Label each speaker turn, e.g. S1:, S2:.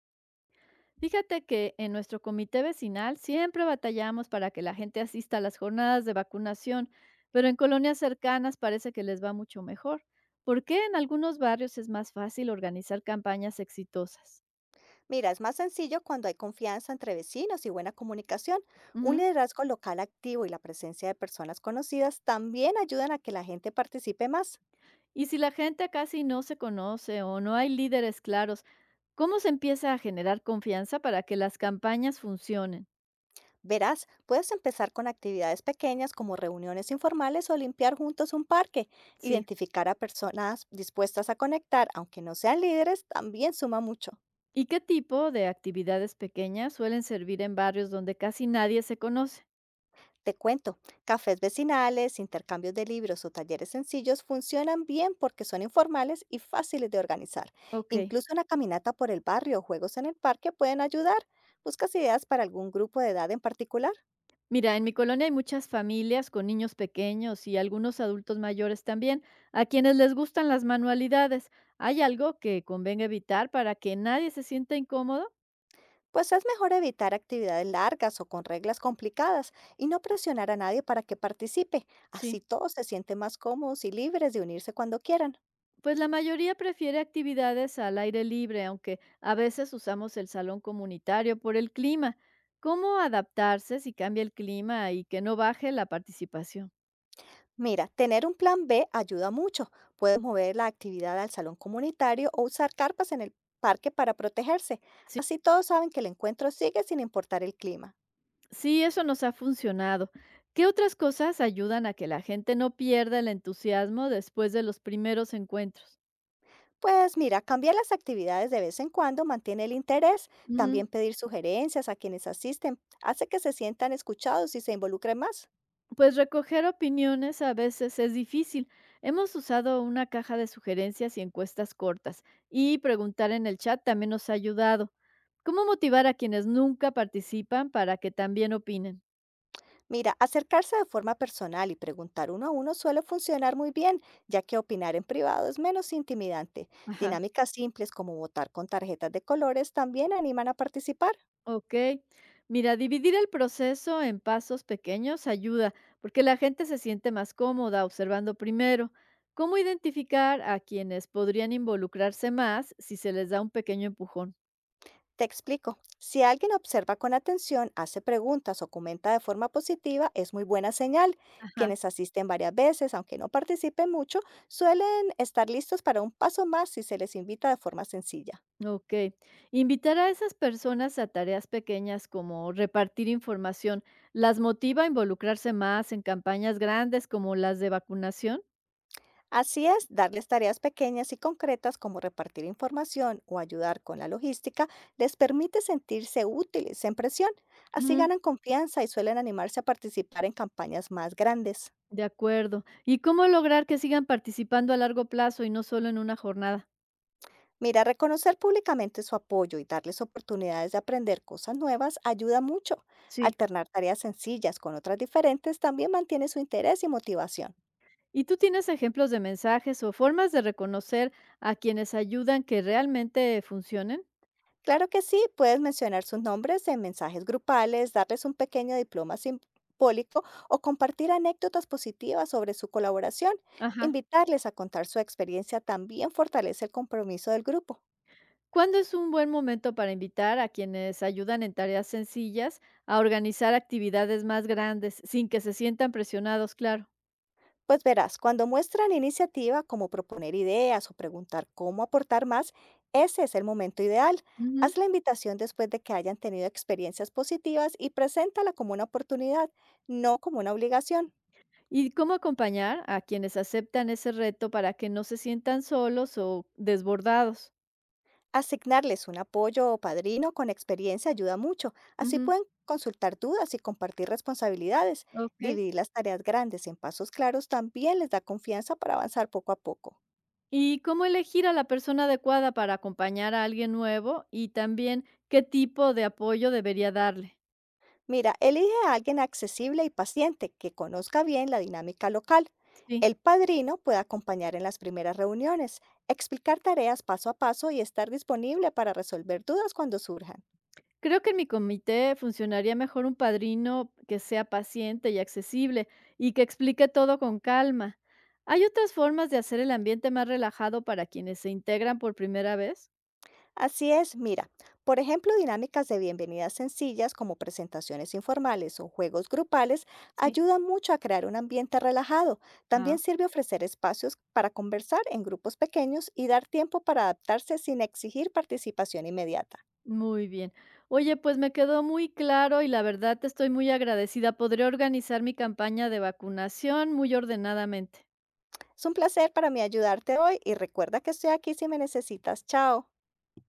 S1: Fíjate que en nuestro comité vecinal siempre batallamos para que la gente asista a las jornadas de vacunación, pero en colonias cercanas parece que les va mucho mejor. ¿Por qué en algunos barrios es más fácil organizar campañas exitosas?
S2: Mira, es más sencillo cuando hay confianza entre vecinos y buena comunicación. Un
S1: Ujú.
S2: liderazgo local activo y la presencia de personas conocidas también ayudan a que la gente participe más.
S1: Y si la gente casi no se conoce o no hay líderes claros, ¿cómo se empieza a generar confianza para que las campañas funcionen?
S2: Verás, puedes empezar con actividades pequeñas como reuniones informales o limpiar juntos un parque.
S1: Sí.
S2: Identificar a personas dispuestas a conectar, aunque no sean líderes, también suma mucho.
S1: ¿Y qué tipo de actividades pequeñas suelen servir en barrios donde casi nadie se conoce?
S2: Te cuento, cafés vecinales, intercambios de libros o talleres sencillos funcionan bien porque son informales y fáciles de organizar.
S1: Ok.
S2: Incluso una caminata por el barrio o juegos en el parque pueden ayudar. ¿Buscas ideas para algún grupo de edad en particular?
S1: Mira, en mi colonia hay muchas familias con niños pequeños y algunos adultos mayores también, a quienes les gustan las manualidades. ¿Hay algo que convenga evitar para que nadie se sienta incómodo?
S2: Pues es mejor evitar actividades largas o con reglas complicadas y no presionar a nadie para que participe. Así
S1: Sí.
S2: todos se sienten más cómodos y libres de unirse cuando quieran.
S1: Pues la mayoría prefiere actividades al aire libre, aunque a veces usamos el salón comunitario por el clima. ¿Cómo adaptarse si cambia el clima y que no baje la participación?
S2: Mira, tener un plan B ayuda mucho. Puedes mover la actividad al salón comunitario o usar carpas en el parque para protegerse. Así todos saben que el encuentro sigue sin importar el clima.
S1: Sí, eso nos ha funcionado. ¿Qué otras cosas ayudan a que la gente no pierda el entusiasmo después de los primeros encuentros?
S2: Pues mira, cambiar las actividades de vez en cuando mantiene el interés.
S1: Ujú.
S2: También pedir sugerencias a quienes asisten hace que se sientan escuchados y se involucren más.
S1: Pues recoger opiniones a veces es difícil. Hemos usado una caja de sugerencias y encuestas cortas y preguntar en el chat también nos ha ayudado. ¿Cómo motivar a quienes nunca participan para que también opinen?
S2: Mira, acercarse de forma personal y preguntar uno a uno suele funcionar muy bien, ya que opinar en privado es menos intimidante.
S1: Ajá.
S2: Dinámicas simples como votar con tarjetas de colores también animan a participar.
S1: Ok, mira, dividir el proceso en pasos pequeños ayuda, porque la gente se siente más cómoda observando primero. ¿Cómo identificar a quienes podrían involucrarse más si se les da un pequeño empujón?
S2: Te explico. Si alguien observa con atención, hace preguntas o comenta de forma positiva, es muy buena señal.
S1: Ajá.
S2: Quienes asisten varias veces, aunque no participen mucho, suelen estar listos para un paso más si se les invita de forma sencilla.
S1: Ok, invitar a esas personas a tareas pequeñas como repartir información, ¿las motiva a involucrarse más en campañas grandes como las de vacunación?
S2: Así es, darles tareas pequeñas y concretas como repartir información o ayudar con la logística les permite sentirse útiles sin presión. Así
S1: Ujú,
S2: ganan confianza y suelen animarse a participar en campañas más grandes.
S1: de acuerdo. ¿Y cómo lograr que sigan participando a largo plazo y no solo en una jornada?
S2: Mira, reconocer públicamente su apoyo y darles oportunidades de aprender cosas nuevas ayuda mucho.
S1: Sí.
S2: Alternar tareas sencillas con otras diferentes también mantiene su interés y motivación.
S1: ¿Y tú tienes ejemplos de mensajes o formas de reconocer a quienes ayudan que realmente funcionen?
S2: Claro que sí, puedes mencionar sus nombres en mensajes grupales, darles un pequeño diploma simbólico o compartir anécdotas positivas sobre su colaboración.
S1: Ajá.
S2: Invitarles a contar su experiencia también fortalece el compromiso del grupo.
S1: ¿Cuándo es un buen momento para invitar a quienes ayudan en tareas sencillas a organizar actividades más grandes sin que se sientan presionados, claro?
S2: Pues verás, cuando muestran iniciativa como proponer ideas o preguntar cómo aportar más, ese es el momento ideal.
S1: Ujú.
S2: Haz la invitación después de que hayan tenido experiencias positivas y preséntala como una oportunidad, no como una obligación.
S1: ¿Y cómo acompañar a quienes aceptan ese reto para que no se sientan solos o desbordados?
S2: Asignarles un apoyo o padrino con experiencia ayuda mucho. Así
S1: Ujú,
S2: pueden consultar dudas y compartir responsabilidades.
S1: ok.
S2: Dividir las tareas grandes en pasos claros también les da confianza para avanzar poco a poco.
S1: ¿Y cómo elegir a la persona adecuada para acompañar a alguien nuevo y también qué tipo de apoyo debería darle?
S2: Mira, elige a alguien accesible y paciente que conozca bien la dinámica local.
S1: Sí,
S2: El padrino puede acompañar en las primeras reuniones, explicar tareas paso a paso y estar disponible para resolver dudas cuando surjan.
S1: creo que en mi comité funcionaría mejor un padrino que sea paciente y accesible y que explique todo con calma. ¿Hay otras formas de hacer el ambiente más relajado para quienes se integran por primera vez?
S2: Así es, mira, por ejemplo, dinámicas de bienvenidas sencillas como presentaciones informales o juegos grupales
S1: Sí.
S2: ayudan mucho a crear un ambiente relajado. También
S1: Ah,
S2: sirve ofrecer espacios para conversar en grupos pequeños y dar tiempo para adaptarse sin exigir participación inmediata.
S1: muy bien. Oye, pues me quedó muy claro y la verdad te estoy muy agradecida. Podré organizar mi campaña de vacunación muy ordenadamente.
S2: Es un placer para mí ayudarte hoy y recuerda que estoy aquí si me necesitas. Chao.